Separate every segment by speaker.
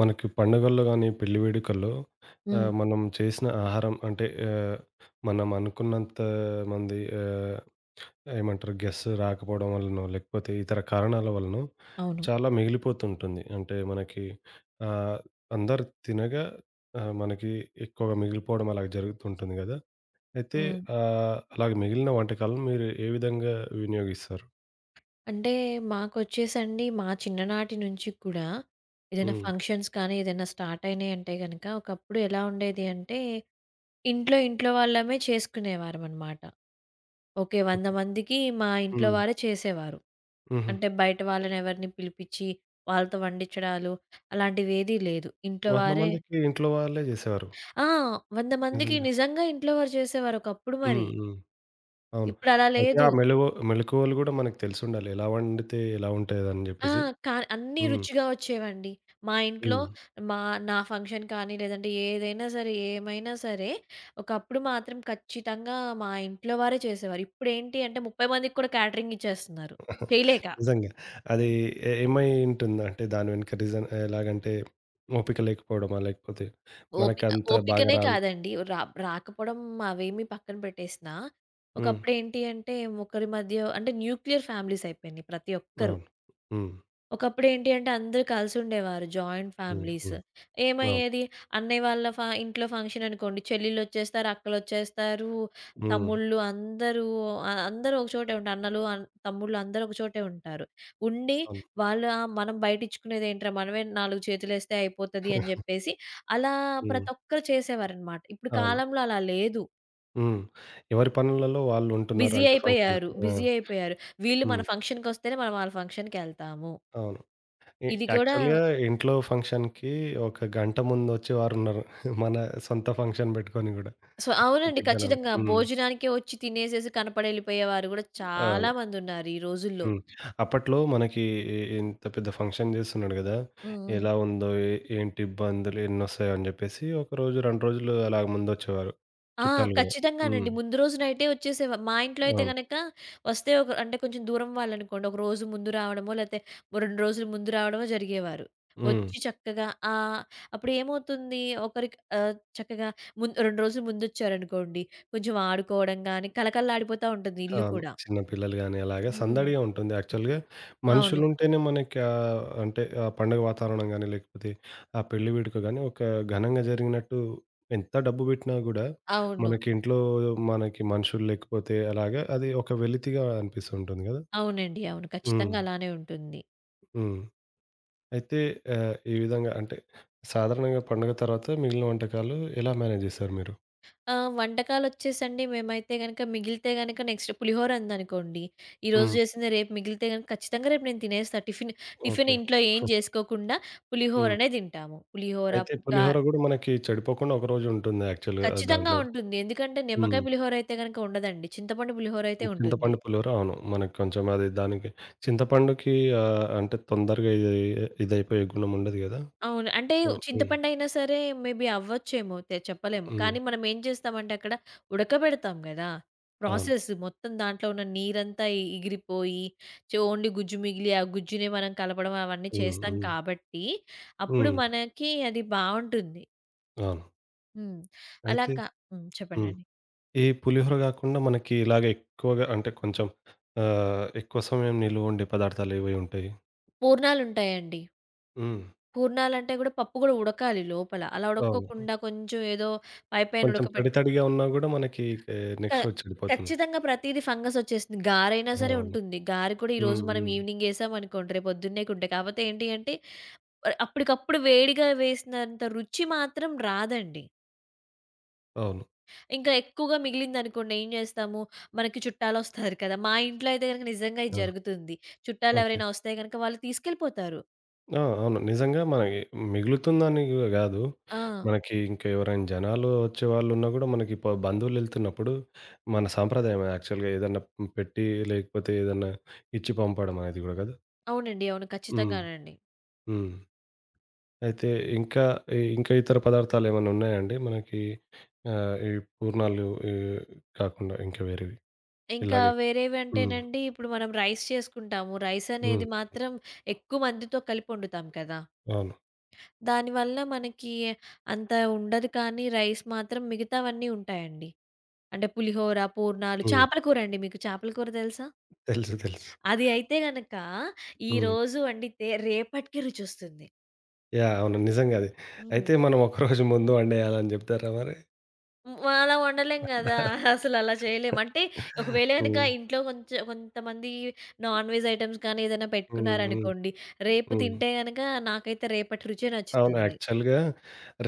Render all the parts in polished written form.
Speaker 1: మనకి పండుగల్లో గానీ, పెళ్లి వేడుకల్లో
Speaker 2: హ్మ్.
Speaker 1: మనం చేసిన ఆహారం అంటే మనం అనుకున్నంత మంది ఏమంటారు, గెస్ట్ రాకపోవడం వల్లనో, లేకపోతే ఇతర కారణాల వల్లనో
Speaker 2: అవును.
Speaker 1: చాలా మిగిలిపోతుంటుంది. అంటే మనకి ఆహ్, అందరు తినగా మనకి ఎక్కువగా మిగిలిపోవడం అలాగ జరుగుతుంటుంది గదా! అయితే
Speaker 2: హ్మ్.
Speaker 1: అలాగ మిగిలిన వంటకాలను మీరు ఏ విధంగా వినియోగిస్తారు?
Speaker 2: అంటే మాకొచ్చేసండి మా చిన్ననాటి నుంచి కూడా ఏదైనా
Speaker 1: హ్మ్.
Speaker 2: ఫంక్షన్స్ కానీ, ఏదైనా స్టార్ట్ అయినాయంటే గనక ఒకప్పుడు ఎలా ఉండేది అంటే, ఇంట్లో ఇంట్లో వాళ్ళమే చేసుకునేవారమనమాట. ఓకే. 100
Speaker 1: ఓకే.
Speaker 2: మందికి మా ఇంట్లో
Speaker 1: హ్మ్.
Speaker 2: వారే చేసేవారు.
Speaker 1: హుహు.
Speaker 2: అంటే బయట వాళ్ళని ఎవరిని పిలిపిచ్చి, వాళ్ళతో వండించడాలు అలాంటివేదీ లేదు. ఇంట్లో
Speaker 1: 100
Speaker 2: వారే.
Speaker 1: మందికి ఇంట్లో వాళ్ళే జేసేవారు.
Speaker 2: ఆ, 100 మందికి
Speaker 1: నిజంగా.
Speaker 2: నిజంగా ఇంట్లో వారు చేసేవారు ఒకప్పుడు మరి.
Speaker 1: హ్మ్. హ్మ్. అవును.
Speaker 2: ఇప్పుడలా
Speaker 1: అయితే ఆ
Speaker 2: లేదు.
Speaker 1: మెళకువలు గూడా మనకు తెలిసుండాలి. ఎలా వండితే ఎలా ఉంటదని
Speaker 2: ఆ!
Speaker 1: జెప్పేసి.
Speaker 2: కా అన్నీ
Speaker 1: హ్మ్.
Speaker 2: రుచిగా వచ్చేవండి. మా ఇంట్లో,
Speaker 1: హ్మ్.
Speaker 2: మా నా ఫంక్షన్ కానీ, లేదంటే ఏదైనా సరే, ఏమైనా సరే, ఒకప్పుడు మాత్రం ఖచ్చితంగా మా ఇంట్లో వారే చేసేవారు. ఇప్పుడేంటి అంటే 30 మందికి కూడా క్యాటరింగ్ ఇచ్చేస్తున్నారు. చేయలేక.
Speaker 1: నిజంగా. అది ఏమై ఉంటుంది? అంటే దాని వెనుక రీజన్ ఎలాగంటే ఓపిక లేకపోవడమా? లేకపోతే
Speaker 2: ఓపి
Speaker 1: మనకంత బాగా
Speaker 2: ఓపికనే
Speaker 1: రాదు.
Speaker 2: కాదండి. రాకపోవడం అవేమి పక్కన పెట్టేసినా,
Speaker 1: హ్మ్.
Speaker 2: ఒకప్పుడేంటి అంటే ఒకరి మధ్య అంటే న్యూక్లియర్ ఫ్యామిలీస్ అయిపోయినాయి ప్రతి ఒక్కరు.
Speaker 1: అవును. హ్మ్.
Speaker 2: ఒకప్పుడేంటి అంటే అందరూ కలిసుండేవారు. జాయింట్
Speaker 1: హ్మ్.
Speaker 2: ఫ్యామిలీస్.
Speaker 1: హ్మ్. అవును.
Speaker 2: ఏమయ్యేది అన్నయ్య వాళ్ళ ఇంట్లో ఫంక్షన్ అనుకోండి. చెల్లెళ్ళొచ్చేస్తారు, అక్కలొచ్చేస్తారు,
Speaker 1: హ్మ్.
Speaker 2: తమ్ముళ్ళు అందరూ అందరూ ఒక చోటే ఉంటారు. అన్నలు, తమ్ముళ్ళు అందరూ ఒక చోటే ఉంటారు. ఉండి
Speaker 1: అవును.
Speaker 2: వాళ్ళ, మనం బయటిచ్చుకునేదేంట్రా మనమే 4 చేతులేస్తే అయిపోతది అని జెప్పేసి అలా
Speaker 1: హ్మ్.
Speaker 2: ప్రతి ఒక్కరు చేసేవారనమాట. ఇప్పుడు
Speaker 1: అవును.
Speaker 2: కాలంలో అలా లేదు.
Speaker 1: హ్మ్. ఎవరి పనులలో వాళ్ళు ఉంటున్నారు
Speaker 2: బిజీ
Speaker 1: అంటే
Speaker 2: అయిపోయారు.
Speaker 1: ఫంక్షన్‌కి. ఆ!
Speaker 2: బిజీ అయిపోయారు. వీళ్ళు మన
Speaker 1: హ్మ్.
Speaker 2: ఫంక్షన్‌కొస్తేనే మనం వాళ్ళ ఫంక్షన్‌కెళ్తాము.
Speaker 1: అవును. ఎ
Speaker 2: ఇది కూడా
Speaker 1: యాక్చువల్‌గా ఇంట్లో ఫంక్షన్‌కి ఒక గంట ముందొచ్చే వారున్నారు. మన సొంత ఫంక్షన్ బెట్టుకొని గూడా.
Speaker 2: సో అవునండి.
Speaker 1: ఇప్పటి కాలంలో.
Speaker 2: ఖచ్చితంగా.
Speaker 1: హ్మ్.
Speaker 2: భోజనానికే వచ్చి తినేసేసి కనపడెళ్ళిపోయేవారు గూడా
Speaker 1: అవును.
Speaker 2: చాలామందున్నారు ఈ రోజుల్లో.
Speaker 1: హ్మ్. అప్పట్లో మనకి ఇంత పెద్ద ఫంక్షన్ జేస్తున్నాడు గదా!
Speaker 2: హ్మ్. హ్మ్.
Speaker 1: ఎలా ఉందో, ఏ ఏంటి ఇబ్బందులు, ఎన్నొస్తాయో అని జెప్పేసి ఒకరోజు, 2 రోజులు అలాగ ముందొచ్చేవారు.
Speaker 2: ఆ!
Speaker 1: చుట్టాలు గూడా. హ్మ్.
Speaker 2: ఖచ్చితంగానండి. ముందు రోజు నైటే వచ్చేసేవా మా ఇంట్లో అయితే
Speaker 1: అవును.
Speaker 2: గనక వస్తే, ఒక అంటే కొంచెం దూరం వాళ్ళనుకోండి. ఒక రోజు ముందు రావడమో లేతే ఓ 2 రోజులు ముందు రావడమో జరిగేవారు.
Speaker 1: హ్మ్.
Speaker 2: వచ్చి చక్కగా ఆహ్, అప్పుడేమవుతుంది ఒకరికి చక్కగా 2 రోజులు ముందొచ్చారనుకోండి. కొంచెం ఆడుకోవడం గానీ కళకళలాడిపోతా ఉంటుంది ఇల్లు
Speaker 1: అవును.
Speaker 2: కూడా.
Speaker 1: చిన్న పిల్లలు గాని అలాగే
Speaker 2: హ్మ్.
Speaker 1: సందడిగా ఉంటుంది. యాక్చువల్‌గా
Speaker 2: అవును.
Speaker 1: మనుషులుంటేనే మనకి అంటే ఆ పండగ వాతావరణం గాని, లేకపోతే ఆ పెళ్లి వేడుక గాని, ఒక ఘనంగా జరిగినట్టు ఎంత డబ్బు పెట్టినా గూడా,
Speaker 2: అవును.
Speaker 1: మనకి ఇంట్లో మనకి మనుషులు లేకపోతే అలాగా అది ఒక వెలితిగా అనిపిస్తూ ఉంటుంది గదా!
Speaker 2: అవునండి. అవును.
Speaker 1: హ్మ్.
Speaker 2: ఖచ్చితంగా అలానే ఉంటుంది.
Speaker 1: హ్మ్. అయితే ఈ విధంగా అంటే సాధారణంగా పండుగ తర్వాత మిగిలిన వంటకాలు ఎలా మేనేజ్ జేస్తారు మీరు?
Speaker 2: ఆ! వంటకాలొచ్చేసండి, మేమైతే గనక మిగిలితే గనక నెక్స్ట్ పులిహోర ఉందనుకోండి, ఈరోజు
Speaker 1: హ్మ్.
Speaker 2: జేసిందే రేపు మిగిలితే గనక ఖచ్చితంగా రేపు నేను తినేస్తా. Tiffin
Speaker 1: okay.
Speaker 2: ఇంట్లో ఏం జేసుకోకుండా
Speaker 1: హ్మ్.
Speaker 2: పులిహోరనే దింటాము.
Speaker 1: అయితే
Speaker 2: ఆహ్,
Speaker 1: పులిహోర గూడా మనకి చెడిపోకుండా ఒకరోజు ఉంటుంది యాక్చువల్‌గా
Speaker 2: ఖచ్చితంగా
Speaker 1: దాంట్లో.
Speaker 2: ఉంటుంది. ఎందుకంటే
Speaker 1: హ్మ్.
Speaker 2: నిమ్మకాయ పులిహోర అయితే గనక ఉండదండి. చింతపండు పులిహోర అయితే ఉంటుంది.
Speaker 1: చింతపండు పులిహోర అవును. మనకి కొంచెం అది దానికి చింతపండుకి అంటే తొందరగా ఇదైపోయే గుణం ఉండదు గదా!
Speaker 2: అవును. అంటే
Speaker 1: హ్మ్. హ్మ్.
Speaker 2: చింతపండయినా సరే మే బీ అవ్వచ్చేమో తె చెప్పలేము.
Speaker 1: హ్మ్.
Speaker 2: కానీ మనం ఏం చేస్తామంటే అక్కడ ఉడకబెడతాం గదా!
Speaker 1: అవును.
Speaker 2: ప్రాసెస్ మొత్తం దాంట్లో ఉన్న నీరంతా ఎగిరిపోయి ఓన్లీ గుజ్జు మిగిలి, ఆ గుజ్జునే మనం కలపడం అవన్నీ
Speaker 1: హ్మ్.
Speaker 2: చేస్తాం
Speaker 1: హ్మ్.
Speaker 2: కాబట్టి, అప్పుడు
Speaker 1: హ్మ్.
Speaker 2: మనకి అది బావుంటుంది.
Speaker 1: అవును.
Speaker 2: హ్మ్. అలా
Speaker 1: అయితే
Speaker 2: కా హ్మ్.
Speaker 1: హ్మ్.
Speaker 2: చెప్పండండి.
Speaker 1: ఈ పులిహోర గాకుండా మనకి ఇలాగ ఎక్కువగా అంటే కొంచెం ఎక్కువ సమయం నిలువుండే పదార్థాలు ఏవి ఉంటాయి?
Speaker 2: పూర్ణాలుంటాయండి.
Speaker 1: హ్మ్.
Speaker 2: పూర్ణాలంటే గూడా పప్పు గూడా ఉడకాలి లోపల. అలా
Speaker 1: అవును.
Speaker 2: ఉడక్కోకుండా కొంచెం ఏదో పైపైన
Speaker 1: కొంచెం
Speaker 2: ఉడకబెట్
Speaker 1: తడి తడిగా ఉన్నా గూడా మనకి కే
Speaker 2: క
Speaker 1: నెక్స్ట్ రోజు చెడిపోతుంది.
Speaker 2: ఖచ్చితంగా ప్రతీది ఫంగసొచ్చేస్తుంది. గారైనా సరే
Speaker 1: అవును.
Speaker 2: ఉంటుంది. గారి కూడా ఈరోజు
Speaker 1: హ్మ్.
Speaker 2: మనం
Speaker 1: హ్మ్.
Speaker 2: ఈవినింగ్ యేసామనుకోండి, రేపు పొద్దున్నే కుంటాయి. కాపోతే ఏంటి అంటే, అప్పటికప్పుడు వేడిగా వేసినంత రుచి మాత్రం రాదండి.
Speaker 1: అవును.
Speaker 2: ఇంకా ఎక్కువగా మిగిలిందనుకోండి ఏం జేస్తాము, మనకి చుట్టాలొస్తారు కదా! మా ఇంట్లో అయితే గనక నిజంగా ఇది
Speaker 1: ఆ!
Speaker 2: జరుగుతుంది.
Speaker 1: ఓకే.
Speaker 2: చుట్టాలెవరైనా వస్తే గనక వాళ్ళు తీసుకెళ్ళిపోతారు.
Speaker 1: ఆ! అవును. నిజంగా మనకి మిగులుతుందని గూడా గాదు.
Speaker 2: ఆ!
Speaker 1: మనకి ఇంకా ఎవరైనా జనాలు వచ్చేవాళ్ళున్నా గూడా మనకి ప బంధువులెళ్తున్నప్పుడు మన సాంప్రదాయమే యాక్చువల్‌గా ఏదన్నా పెట్టి, లేకపోతే ఏదన్నా ఇచ్చి పంపడం అనేది గూడా గదా!
Speaker 2: అవునండి. అవును.
Speaker 1: హ్మ్.
Speaker 2: ఖచ్చితంగానండి.
Speaker 1: హ్మ్. అయితే ఇంకా ఇంకా ఇతర పదార్థాలేమన్నా ఉన్నాయండి మనకి? ఈ పూర్ణాలు ఈ కాకుండా ఇంకా వేరేవి
Speaker 2: ఇంకా
Speaker 1: ఇలాగే? హ్మ్.
Speaker 2: వేరేవంటేనండి, ఇప్పుడు మనం రైస్ చేసుకుంటాము.
Speaker 1: హ్మ్.
Speaker 2: రైసనేది మాత్రం ఎక్కువ మందితో కలిపొండుతాం కదా!
Speaker 1: అవును.
Speaker 2: దానివల్ల మనకి అంత ఉండదు, కానీ రైస్ మాత్రం మిగతావన్నీ ఉంటాయండి. అంటే పులిహోర, పూర్ణాలు,
Speaker 1: హ్మ్.
Speaker 2: చేపల కూరండి. మీకు చేపల కూర తెలుసా?
Speaker 1: తెలుసు. తెలుసు.
Speaker 2: అది అయితే గనక
Speaker 1: హ్మ్.
Speaker 2: ఈరోజు వండితే రేపటికి రుచొస్తుంది.
Speaker 1: యాహ్! అవును. నిజంగా అది.
Speaker 2: హ్మ్.
Speaker 1: అయితే మనం ఒకరోజు ముందు వండేయాలని జెప్తారా మరి?
Speaker 2: హ్మ్. అలా వండలేం గదా! అసలలా చేయలేం. అంటే ఒకవేళ గనక
Speaker 1: హ్మ్.
Speaker 2: ఇంట్లో కొంచెం కొంతమంది నాన్ వెజ్ ఐటెమ్స్ కానీ ఏదైనా
Speaker 1: హ్మ్. హ్మ్.
Speaker 2: పెట్టుకున్నారనుకోండి, రేపు
Speaker 1: హ్మ్.
Speaker 2: తింటే గనక నాకైతే రేపటి రుచే
Speaker 1: అవును.
Speaker 2: నచ్చుతుంది.
Speaker 1: యాక్చువల్‌గా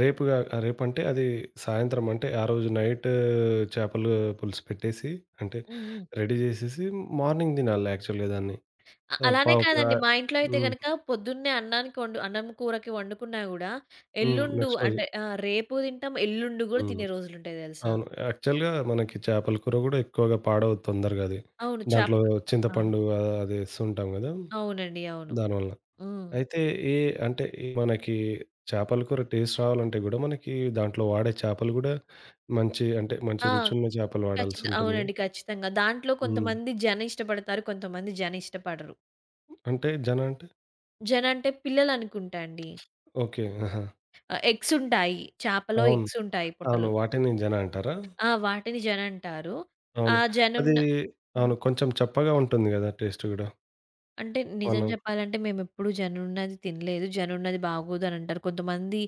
Speaker 1: రేపుగా రేపంటే అది సాయంత్రం అంటే ఆ రోజు నైట్ చేపలు పులుసు పెట్టేసి అంటే
Speaker 2: హ్మ్. హ్మ్.
Speaker 1: రెడీ చేసేసి మార్నింగ్ తినాలి యాక్చువల్‌గా దాన్ని.
Speaker 2: అ
Speaker 1: ప
Speaker 2: అలానే
Speaker 1: ఒక
Speaker 2: కాదండి. మా ఇంట్లో అయితే
Speaker 1: హ్మ్.
Speaker 2: గనక పొద్దున్నే అన్నానికి వండు అన్నం కూరకి వండుకున్నా గూడా,
Speaker 1: హ్మ్.
Speaker 2: ఎల్లుండు
Speaker 1: నెక్స్ట్ రోజు.
Speaker 2: అంటే రేపు తింటాం, ఎల్లుండి గూడా
Speaker 1: హ్మ్.
Speaker 2: తినే రోజులుంటాయి తెలుసా?
Speaker 1: అవును. యాక్చువల్‌గా మనకి చేపల కూర కూడా ఎక్కువగా పాడవదు తొందరగా అది.
Speaker 2: అవును. చప్
Speaker 1: దాంట్లో
Speaker 2: అవును.
Speaker 1: చింతపండు అది ఏస్తుంటాం కదా!
Speaker 2: అవునండి. అవును.
Speaker 1: దానివల్ల.
Speaker 2: హ్మ్.
Speaker 1: అయితే ఈ అంటే ఈ మనకి చేపల కూర టేస్ట్ రావాలంటే గూడా, మనకి దాంట్లో వాడే చేపలు గూడా మంచి అంటే మంచి
Speaker 2: ఆ!
Speaker 1: రుచున్న చేపలు
Speaker 2: ఖచ్చిత
Speaker 1: వాడాల్సుంటుంది గదా!
Speaker 2: అవునండి. ఖచ్చితంగా. దాంట్లో
Speaker 1: హ్మ్.
Speaker 2: కొంతమంది జన ఇష్టపడతారు. కొంతమంది జన ఇష్టపడరు.
Speaker 1: అంటే జన అంటే
Speaker 2: జన అంటే పిల్లలనుకుంటా అండి.
Speaker 1: ఓకే. ఆహా!
Speaker 2: ఎగ్సుంటాయి. చేపలో
Speaker 1: అవును.
Speaker 2: ఎగ్సుంటాయి
Speaker 1: అవును.
Speaker 2: పుట్టలో.
Speaker 1: వాటిని జన అంటారా?
Speaker 2: ఆ! వాటిని జన అంటారు. ఆ
Speaker 1: అవును. అది
Speaker 2: జనున్న హ్మ్.
Speaker 1: అవును. కొంచెం చప్పగా ఉంటుంది గదా! టేస్ట్ గూడా.
Speaker 2: అంటే నిజం
Speaker 1: మనం
Speaker 2: చెప్పాలంటే మేమెప్పుడు జనున్నది తినలేదు. జనున్నది బాగోదనంటారు. కొంతమంది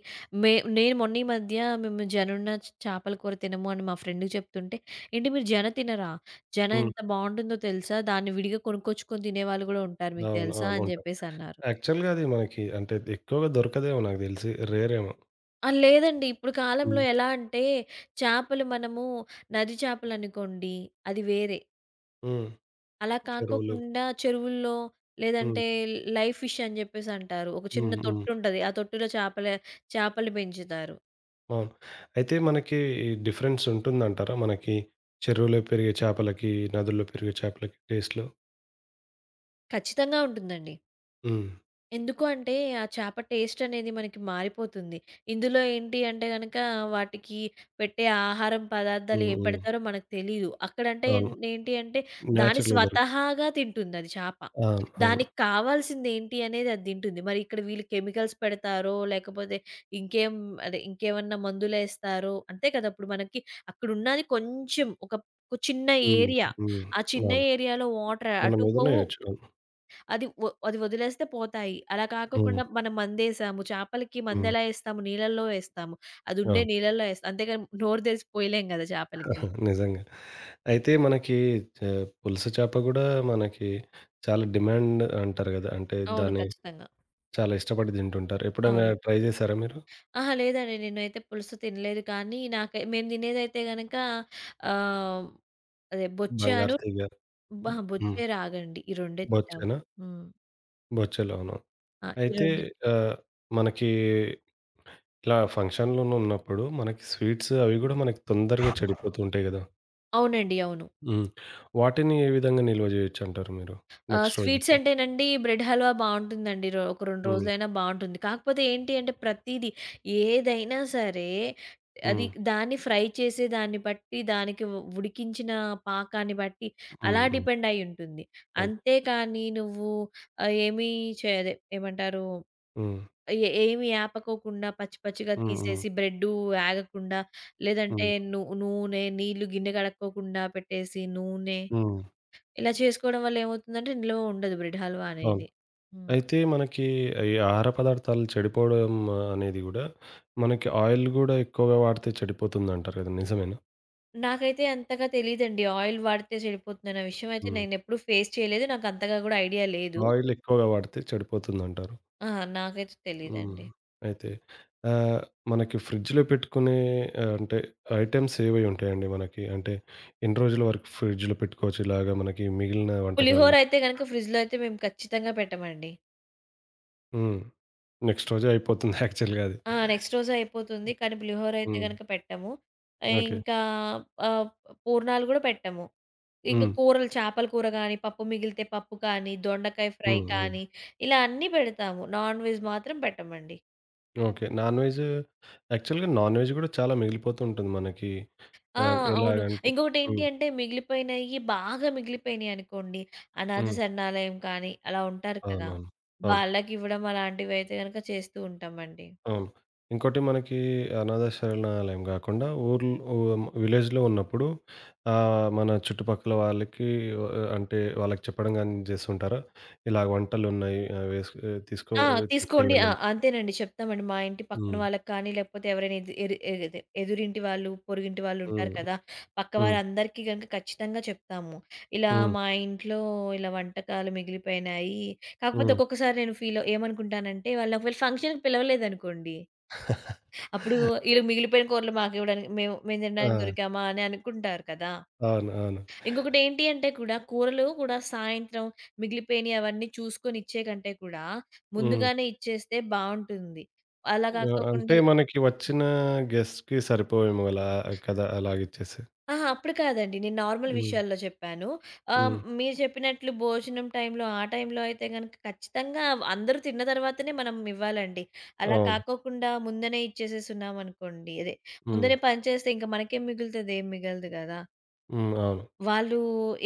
Speaker 2: మే నేను మొన్న ఈ మధ్య మేము జనున్న చేపల కూర తినము అని మా ఫ్రెండ్‌కి చెప్తుంటే, "ఏంటి మీరు జన తినరా? జన
Speaker 1: హ్మ్.
Speaker 2: ఎంత బావుంటుందో తెలుసా? దాన్ని విడిగా కొనుక్కొచ్చుకొని తినేవాళ్ళు గూడా ఉంటారు. మీకు
Speaker 1: అవును.
Speaker 2: తెలుసా?"
Speaker 1: అవును.
Speaker 2: అని
Speaker 1: ఉంటాయి.
Speaker 2: జెప్పేసన్నారు.
Speaker 1: యాక్చువల్‌గా అది మనకి అంటే ఎక్కువగా దొరకదేమో నాకు దెలిసి. రేరేమో.
Speaker 2: ఆ! లేదండి. ఇప్పుడు కాలంలో
Speaker 1: హ్మ్.
Speaker 2: ఎలా అంటే, చేపలు మనము నది చేపలనుకోండి అది వేరే.
Speaker 1: హ్మ్.
Speaker 2: అలా
Speaker 1: చెరువులు.
Speaker 2: కాకోకుండా చెరువుల్లో, లేదంటే
Speaker 1: హ్మ్.
Speaker 2: లైవ్ ఫిష్ అని జెప్పేసి అంటారు. ఒక చిన్న
Speaker 1: హ్మ్. హ్మ్.
Speaker 2: తొట్టుంటది. ఆ తొట్టిలో చేపలు పెంచుతారు.
Speaker 1: అవును. అయితే మనకి ఈ డిఫరెన్స్ ఉంటుందంటారా? మనకి చెరువులో పెరిగే చేపలకి, నదుల్లో పెరిగే చేపలకి టేస్ట్‌లో?
Speaker 2: ఖచ్చితంగా ఉంటుందండి.
Speaker 1: హ్మ్.
Speaker 2: ఎందుకు అంటే, ఆ చేప టేస్ట్ అనేది మనకి మారిపోతుంది. ఇందులో ఏంటి అంటే గనక, వాటికి పెట్టే ఆహారం పదార్థాలు
Speaker 1: హ్మ్.
Speaker 2: ఏం
Speaker 1: హ్మ్.
Speaker 2: పెడతారో మనకు తెలీదు. అక్కడంటే
Speaker 1: అవును.
Speaker 2: ఏంటి అంటే, దాని
Speaker 1: నేచురల్‌గా దొరుకుతాయి.
Speaker 2: స్వతహాగా తింటుందది చేప.
Speaker 1: అవును. అవును.
Speaker 2: దానికి కావాల్సింది ఏంటి అనేది అది తింటుంది. మరి ఇక్కడ వీళ్ళు కెమికల్స్ పెడతారో, లేకపోతే ఇంకేం అదే ఇంకేమన్నా మందులేస్తారో, అంతే కదా! ఇప్పుడు మనకి అక్కడున్నది కొంచెం ఒక ఒక చిన్న
Speaker 1: హ్మ్.
Speaker 2: ఏరియా.
Speaker 1: హ్మ్.
Speaker 2: ఆ చిన్న
Speaker 1: అవును.
Speaker 2: ఏరియాలో వాటర్
Speaker 1: మనం
Speaker 2: అటు
Speaker 1: ఏదైనా
Speaker 2: పోవు,
Speaker 1: ఏయొచ్చు. అవును.
Speaker 2: అది వదిలేస్తే పోతాయి. అలా
Speaker 1: హ్మ్.
Speaker 2: కాకోకుండా మనం మందేసాము. చేపలకి
Speaker 1: హ్మ్.
Speaker 2: మందెలా ఏస్తాము? నీళ్ళల్లో ఏస్తాము. అదుండే
Speaker 1: అవును.
Speaker 2: నీళ్ళల్లో ఏస్తాం. అంతేగాని నోరు తెరిసి పోయలేం గదా, చేపలకి.
Speaker 1: నిజంగా. అయితే మనకి చ పులస చేప గూడా మనకి చాలా డిమాండ్ అంటారు గదా! అంటే
Speaker 2: అవును.
Speaker 1: దాన్ని
Speaker 2: ఖచ్చితంగా.
Speaker 1: చాలా ఇష్టపడి తింటుంటారు. ఎప్పుడైనా
Speaker 2: అవును.
Speaker 1: ట్రై జేశారా మీరు?
Speaker 2: అహా! లేదండి. నేనైతే పులుసు తినలేదు, కానీ నాకై మేము తినేదైతే గనక ఆహ్, అదే బొచ్చాను.
Speaker 1: బంగారు తీగ
Speaker 2: అహా!
Speaker 1: హ్మ్.
Speaker 2: బొచ్చే, రాగండి. ఈ రెండే తింటాం.
Speaker 1: బొచ్చెనా?
Speaker 2: హ్మ్.
Speaker 1: బొచ్చెలు. అవును.
Speaker 2: ఆ! ఈ
Speaker 1: అయితే
Speaker 2: రెండే.
Speaker 1: ఆహ్, మనకి ఇలా ఫంక్షన్‌లోనూ ఉన్నప్పుడు మనకి స్వీట్స్ అవి గూడా మనకి తొందరగా చెడిపోతూ ఉంటాయి గదా!
Speaker 2: అవునండి. అవును.
Speaker 1: హ్మ్. వాటిని ఏ విధంగా నిల్వ జేయొచ్చంటారు మీరు?
Speaker 2: ఆ!
Speaker 1: నెక్స్ట్
Speaker 2: స్వీట్స్
Speaker 1: రోజుకి.
Speaker 2: అంటేనండి బ్రెడ్ హల్వా బావుంటుందండి. ఒక 2
Speaker 1: హ్మ్.
Speaker 2: రోజులైనా బావుంటుంది. కాకపోతే ఏంటి అంటే ప్రతీది ఏదైనా సరే అది
Speaker 1: హ్మ్.
Speaker 2: దాన్ని ఫ్రై చేసే దాన్ని బట్టి, దానికి ఉడికించిన పాకాన్ని బట్టి అలా
Speaker 1: హ్మ్. హ్మ్.
Speaker 2: డిపెండ్ అయ్యి ఉంటుంది.
Speaker 1: అవును.
Speaker 2: అంతేకానీ నువ్వు ఏమీ చే అదే ఏమంటారు?
Speaker 1: హ్మ్.
Speaker 2: ఏమి యాపకోకుండా పచ్చి పచ్చిగా
Speaker 1: హ్మ్. హ్మ్.
Speaker 2: తీసేసి బ్రెడ్డు యాగకుండా, లేదంటే
Speaker 1: హ్మ్.
Speaker 2: నూనె, నీళ్లు గిన్నె కడుక్కోకుండా పెట్టేసి నూనె
Speaker 1: హ్మ్.
Speaker 2: ఇలా చేసుకోవడం వల్ల ఏమవుతుందంటే నిలువ ఉండదు బ్రెడ్ హల్వా
Speaker 1: అవును.
Speaker 2: అనేది. హ్మ్.
Speaker 1: అయితే మనకి ఈ ఆహార పదార్థాలు చెడిపోవడం అనేది గూడా మనకి ఆయిల్ గూడా ఎక్కువగా వాడితే చెడిపోతుందంటారు గదా! నిజమేనా?
Speaker 2: నాకైతే అంతగా తెలీదండి. ఆయిల్ వాడితే చెడిపోతుందన్న విషయం అయితే
Speaker 1: హ్మ్.
Speaker 2: నేనెప్పుడు ఫేస్ చేయలేదు. నాకంతగా గూడా ఐడియా లేదు.
Speaker 1: ఆయిల్ ఎక్కువగా వాడితే చెడిపోతుందంటారు.
Speaker 2: ఆ! నాకైతే
Speaker 1: హ్మ్.
Speaker 2: తెలీదండి.
Speaker 1: అయితే ఆహ్, మనకి ఫ్రిడ్జ్‌లో పెట్టుకునే అంటే ఐటెమ్స్ ఏవి ఉంటాయండి మనకి? అంటే ఎన్ని రోజుల వరకు ఫ్రిడ్జ్‌లో పెట్టుకోవచ్చు ఇలాగా మనకి మిగిలిన
Speaker 2: పులిహోర
Speaker 1: వంటకాలు?
Speaker 2: అయితే గనక ఫ్రిడ్జ్‌లో అయితే మేము ఖచ్చితంగా పెట్టమండి.
Speaker 1: హ్మ్. నెక్స్ట్ రోజే అయిపోతుంది యాక్చువల్‌గా అది.
Speaker 2: ఆ! నెక్స్ట్ రోజే అయిపోతుంది. కానీ పులిహోర అయితే
Speaker 1: హ్మ్.
Speaker 2: గనక పెట్టము.
Speaker 1: ఓకే.
Speaker 2: ఇంకా ఆహ్, పూర్ణాలు గూడా పెట్టము. ఇంకా
Speaker 1: హ్మ్.
Speaker 2: కూరలు చేపల కూర గానీ, పప్పు మిగిలితే పప్పు కానీ, దొండకాయ ఫ్రై
Speaker 1: హ్మ్. హ్మ్.
Speaker 2: కానీ ఇలా అన్నీ పెడతాము. నాన్ వెజ్ మాత్రం పెట్టమండి.
Speaker 1: ఓకే. నాన్ వెజ్ యాక్చువల్‌గా నాన్ వెజ్ గూడా చాలా మిగిలిపోతూ ఉంటుంది మనకి.
Speaker 2: ఆ!
Speaker 1: ఆహ్,
Speaker 2: అవును.
Speaker 1: ఎలాగంటే
Speaker 2: ఇంకొకటేంటి
Speaker 1: హ్మ్.
Speaker 2: అంటే మిగిలిపోయినయి బాగా మిగిలిపోయినయనుకోండి, అనాథ
Speaker 1: హ్మ్.
Speaker 2: శరణాలయం కానీ అలా ఉంటారు కదా!
Speaker 1: అవునవును. అవును.
Speaker 2: వాళ్ళకివ్వడం అలాంటివైతే గనక చేస్తూ ఉంటామండి.
Speaker 1: అవును. ఇంకోటి మనకి అనాథ శరణాలయం గాకుండా ఊర్ల్ ఊ విలేజ్‌లో ఉన్నప్పుడు మన చుట్టుపక్కల వాళ్ళకి వ అంటే వాళ్ళకి చెప్పడం గాని చేస్తుంటారా? ఇలా వంటలున్నాయి, వేసుకు తీసుకో
Speaker 2: ఆ! తీసుకోండి ఆ!
Speaker 1: తీసుకెళ్ళండని.
Speaker 2: అంతేనండి చెప్తామండి. మా ఇంటి పక్కన
Speaker 1: హ్మ్.
Speaker 2: వాళ్ళకి కానీ, లేకపోతే ఎవరైనా ఎదు ఎరు ఎదే ఎదురింటి వాళ్ళు, పొరుగింటి వాళ్ళుంటారు
Speaker 1: హ్మ్.
Speaker 2: కదా! పక్క
Speaker 1: హ్మ్.
Speaker 2: వారందరికీ గనక ఖచ్చితంగా చెప్తాము. ఇలా
Speaker 1: హ్మ్.
Speaker 2: మా ఇంట్లో ఇలా వంటకాలు మిగిలిపోయినాయి. కాకపోతే
Speaker 1: హ్మ్.
Speaker 2: ఒక్కొక్కసారి నేను ఫీల్ ఏమనుకుంటానంటే వాళ్ళని ఒకవేళ ఫంక్షన్‌కి పిలవలేదనుకోండి, అప్పుడు ఈళ్ళు మిగిలిపోయిన కూరలు మాకివ్వడానికి మేము మేము
Speaker 1: ఆ!
Speaker 2: తినడానికి దొరికామా అని అనుకుంటారు కదా!
Speaker 1: అవును. అవును.
Speaker 2: ఇంకొకటేంటి అంటే కూడా కూరలు కూడా సాయంత్రం మిగిలిపోయినయి అవన్నీ చూసుకొని ఇచ్చే కంటే కూడా
Speaker 1: హ్మ్.
Speaker 2: ముందుగానే ఇచ్చేస్తే బావుంటుంది. అలా
Speaker 1: ఆ! అంటే
Speaker 2: కాకోకుండా
Speaker 1: మనకి వచ్చిన గెస్ట్‌కి సరిపోవేమో అలా కదా! అలాగిచ్చేస్తే.
Speaker 2: అహా! అప్పుడు కాదండి. నేను నార్మల్
Speaker 1: హ్మ్.
Speaker 2: విషయాల్లో చెప్పాను. ఆహ్,
Speaker 1: హ్మ్.
Speaker 2: మీరు చెప్పినట్లు భోజనం టైంలో ఆ టైంలో అయితే గనక ఖచ్చితంగా అందరూ తిన్న తర్వాతనే మనం ఇవ్వాలండి. అలా
Speaker 1: అవును.
Speaker 2: కాకోకుండా ముందనే ఇచ్చేసేసున్నామనుకోండి అదే
Speaker 1: హ్మ్.
Speaker 2: ముందనే పనిచేస్తే ఇంక మనకేం మిగులుతది? ఏం మిగలదు గదా!
Speaker 1: హ్మ్. అవును.
Speaker 2: వాళ్ళు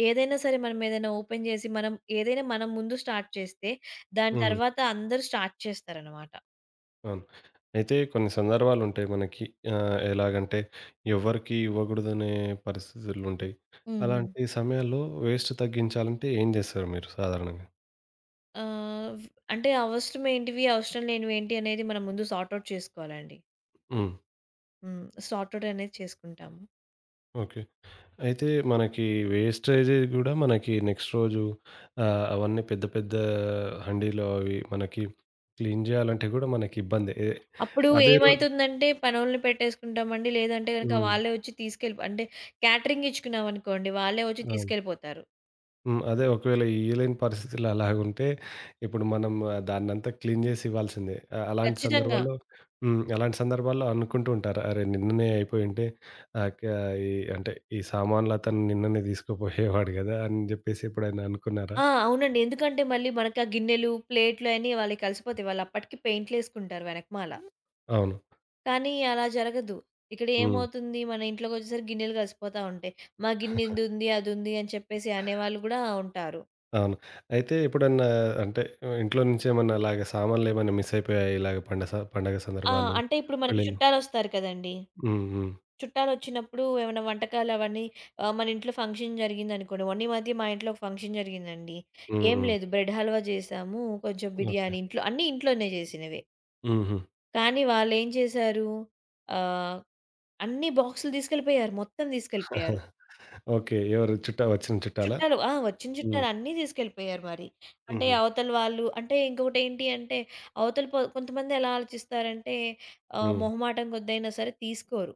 Speaker 2: ఏదైనా సరే మనం ఏదైనా ఓపెన్ చేసి మనం ఏదైనా మనం ముందు స్టార్ట్ చేస్తే, దాని
Speaker 1: హ్మ్.
Speaker 2: తర్వాత అందరూ స్టార్ట్ చేస్తారనమాట.
Speaker 1: అవును. అయితే కొన్ని సందర్భాలుంటాయి మనకి. ఎలాగంటే ఎవ్వరికీ ఇవ్వకూడదనే పరిస్థితులుంటాయి.
Speaker 2: హ్మ్.
Speaker 1: అలాంటి సమయాల్లో వేస్ట్ తగ్గించాలంటే ఏం జేస్తారు మీరు సాధారణంగా?
Speaker 2: ఆహ్, వ్ అంటే అవసరం ఏంటివి, అవసరం లేనివి ఏంటి అనేది మనం ముందు సార్ట్ ఔట్ చేసుకోవాలండి.
Speaker 1: హ్మ్.
Speaker 2: హ్మ్. సార్ట్ ఔట్ అనేది చేసుకుంటాము.
Speaker 1: ఓకే. అయితే మనకి వేస్టేజే గూడా మనకి నెక్స్ట్ రోజు అవన్నీ పెద్ద పెద్ద హండీలో అవి మనకి క్లీన్ జేయాలంటే గూడా మనకి ఇబ్బందే. ఎ
Speaker 2: అప్పుడు
Speaker 1: అదే రోజు
Speaker 2: ఏమైతుందంటే పనోళ్ళని పెట్టేసుకుంటామండి. లేదంటే గనక
Speaker 1: హ్మ్.
Speaker 2: వాళ్ళే వచ్చి తీసుకెళ్ళి అంటే క్యాటరింగ్ ఇచ్చుకున్నామనుకోండి, వాళ్ళే వచ్చి
Speaker 1: ఆ!
Speaker 2: తీసుకెళ్ళిపోతారు.
Speaker 1: హ్మ్. అదే ఒకవేళ ఇయ్యలేని పరిస్థితులు అలాగుంటే, ఇప్పుడు మనం ఆ, దాన్నంతా క్లీన్ జేసి ఇవ్వాల్సిందే. అలాంటి
Speaker 2: ఖచ్చితంగా.
Speaker 1: సందర్భాల్లో హ్మ్. అలాంటి సందర్భాల్లో అనుకుంటూ ఉంటారు. అరే! నిన్ననే అయిపోయుంటే ఆహ్, క ఈ అంటే ఈ సామాన్లతను నిన్ననే తీసుకుపోయేవాడు గదా! అని జెప్పేసి ఎప్పుడైనా అనుకున్నారా?
Speaker 2: ఆ! అవునండి. ఎందుకంటే మళ్ళీ మనకి ఆ గిన్నెలు, ప్లేట్లు అయన్నీ వాళ్ళయి కలిసిపోతాయి. వాళ్ళప్పటికి పెయింట్‌లేసుకుంటారు వెనకమాల.
Speaker 1: అవును.
Speaker 2: కానీ అలా జరగదు. ఇక్కడ
Speaker 1: హ్మ్.
Speaker 2: ఏమవుతుంది మన ఇంట్లోకొచ్చేసరికి గిన్నెలు కలిసిపోతా ఉంటాయి. మా గిన్నె ఇదుంది, అదుంది అని చెప్పేసి అనేవాళ్ళు గూడా ఉంటారు.
Speaker 1: అవును. అయితే ఎప్పుడన్నా అంటే ఇంట్లో నుంచి ఏమన్నా అలాగ సామాన్లేమన్నా మిస్ అయిపోయాయా? ఇలాగ పండ స పండగ
Speaker 2: ఆ!
Speaker 1: సందర్భాలు,
Speaker 2: అంటే ఇప్పుడు మనకి
Speaker 1: పెళ్ళిళ్ళు?
Speaker 2: చుట్టాలొస్తారు కదండీ!
Speaker 1: హ్మ్. హ్మ్.
Speaker 2: చుట్టాలొచ్చినప్పుడు ఏమైనా వంటకాలు అవన్నీ మన ఇంట్లో ఫంక్షన్ జరిగిందనుకోండి. మొన్న ఈ మధ్య మా ఇంట్లో ఒక ఫంక్షన్ జరిగిందండి.
Speaker 1: హ్మ్.
Speaker 2: ఏం
Speaker 1: హ్మ్.
Speaker 2: లేదు బ్రెడ్ హల్వా చేసాము. కొంచెం
Speaker 1: ఓకే.
Speaker 2: బిర్యానీ ఇంట్లో అన్నీ ఇంట్లోనే చేసినవే.
Speaker 1: హుహు.
Speaker 2: కానీ వాళ్ళేం చేశారు ఆహ్, అన్ని బాక్సులు తీసుకెళ్ళిపోయారు. మొత్తం తీసుకెళ్ళిపోయారు.
Speaker 1: ఓకే. ఎవరు చుట్టాలు, వచ్చిన చుట్టాలా?
Speaker 2: చుట్టాలు. ఆ! వచ్చిన
Speaker 1: హ్మ్.
Speaker 2: చుట్టాలు అన్నీ తీసుకెళ్ళిపోయారు మరి. అంటే
Speaker 1: హుహు.
Speaker 2: అవతల వాళ్ళు అంటే ఇంకొకటేంటి అంటే అవతల పొ కొంతమంది ఎలా ఆలోచిస్తారంటే
Speaker 1: హ్మ్.
Speaker 2: మొహమాటం కొద్దయినా సరే తీసుకోరు.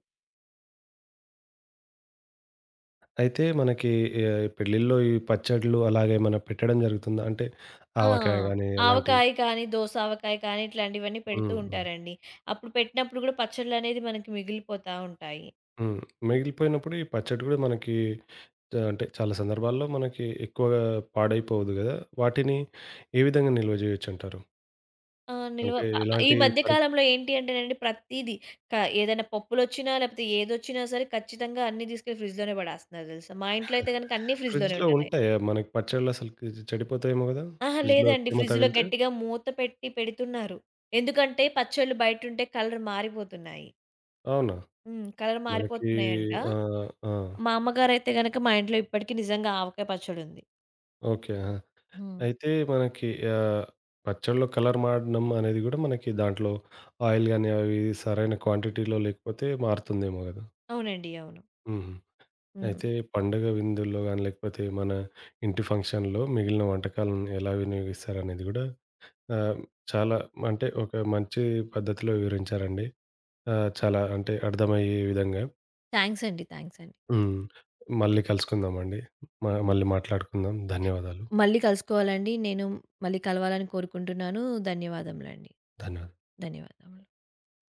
Speaker 1: అయితే మనకి పెళ్ళిల్లో ఈ పచ్చడ్లు అలాగేమన్నా పెట్టడం జరుగుతుందా? అంటే
Speaker 2: ఆ!
Speaker 1: ఆవకాయ గాని అలాంటివి.
Speaker 2: ఆవకాయ కానీ, దోస ఆవకాయ కానీ ఇట్లాంటివన్నీ పెడుతూ
Speaker 1: హ్మ్. హ్మ్.
Speaker 2: ఉంటారండి. అప్పుడు పెట్టినప్పుడు కూడా పచ్చడ్లనేది మనకి మిగిలిపోతా ఉంటాయి.
Speaker 1: హ్మ్. మిగిలిపోయినప్పుడు ఈ పచ్చడి గూడా మనకి చ అంటే చాలా సందర్భాల్లో మనకి ఎక్కువగా పాడైపోదు గదా! వాటిని ఏ విధంగా నిల్వ జేయొచ్చంటారు?
Speaker 2: ఆ! నిల్వ
Speaker 1: అంటే
Speaker 2: ప ప ఈ
Speaker 1: ఎలాంటి
Speaker 2: మధ్య
Speaker 1: పరి
Speaker 2: కాలంలో ఏంటి అంటేనండి ప్రతీదీ క ఏదైనా పప్పులొచ్చినా, లేకపోతే ఏదొచ్చినా సరే ఖచ్చితంగా అన్నీ తీసుకెళ్ళి ఫ్రిడ్జ్‌లోనే పడేస్తున్నారు తెలుసా! మా ఇంట్లో అయితే గనుక అన్నీ ఫ్రిడ్జ్‌లోనే
Speaker 1: ఫ్రిడ్జ్‌లో
Speaker 2: ఉంటున్నాయి.
Speaker 1: ఉంటాయా? మనకి పచ్చడ్లు అసలు చెడిపోతాయేమో గదా!
Speaker 2: అహా!
Speaker 1: ఫ్రిడ్జ్‌లో
Speaker 2: లేదండి.
Speaker 1: తేమ
Speaker 2: ఫ్రిడ్జ్‌లో
Speaker 1: తగిలితే?
Speaker 2: గట్టిగా మూత పెట్టి పెడుతున్నారు. ఎందుకంటే పచ్చళ్ళు బయటుంటే కలర్ మారిపోతున్నాయి.
Speaker 1: అవునా?
Speaker 2: హ్మ్. కలర్
Speaker 1: మనకి
Speaker 2: మారిపోతున్నాయంట.
Speaker 1: ఆ! ఆ!
Speaker 2: మా అమ్మగారైతే గనక మా ఇంట్లో ఇప్పటికి నిజంగా ఆవకాయ పచ్చడుంది.
Speaker 1: ఓకే. ఆ!
Speaker 2: హ్మ్.
Speaker 1: అయితే మనకి ఆహ్, పచ్చడిలో కలర్ మారడం అనేది గూడా మనకి దాంట్లో ఆయిల్ గాని అవి సరైన క్వాంటిటీలో లేకపోతే మారుతుందేమో గదా!
Speaker 2: అవునండి. అవును.
Speaker 1: హుహు.
Speaker 2: హ్మ్.
Speaker 1: అయితే పండగ విందుల్లో గాని లేకపోతే మన ఇంటి ఫంక్షన్‌లో మిగిలిన వంటకాలను ఎలా వినియోగిస్తారనేది గూడా ఆహ్, చాలా అంటే ఒక మంచి పద్ధతిలో వివరించారండి. చాలా అంటే అర్థమయ్యే విధంగా.
Speaker 2: థాంక్స్ అండి. థాంక్స్ అండి.
Speaker 1: హ్మ్. మళ్ళీ కలుసుకుందామండి. మ
Speaker 2: హ్మ్.
Speaker 1: మళ్ళీ మాట్లాడుకుందాం. ధన్యవాదాలు.
Speaker 2: మళ్ళీ కలుసుకోవాలండి. నేను మళ్ళీ కలవాలని కోరుకుంటున్నాను. ధన్యవాదములండి.
Speaker 1: ధన్యవాదాలు.
Speaker 2: ధన్యవాదములు.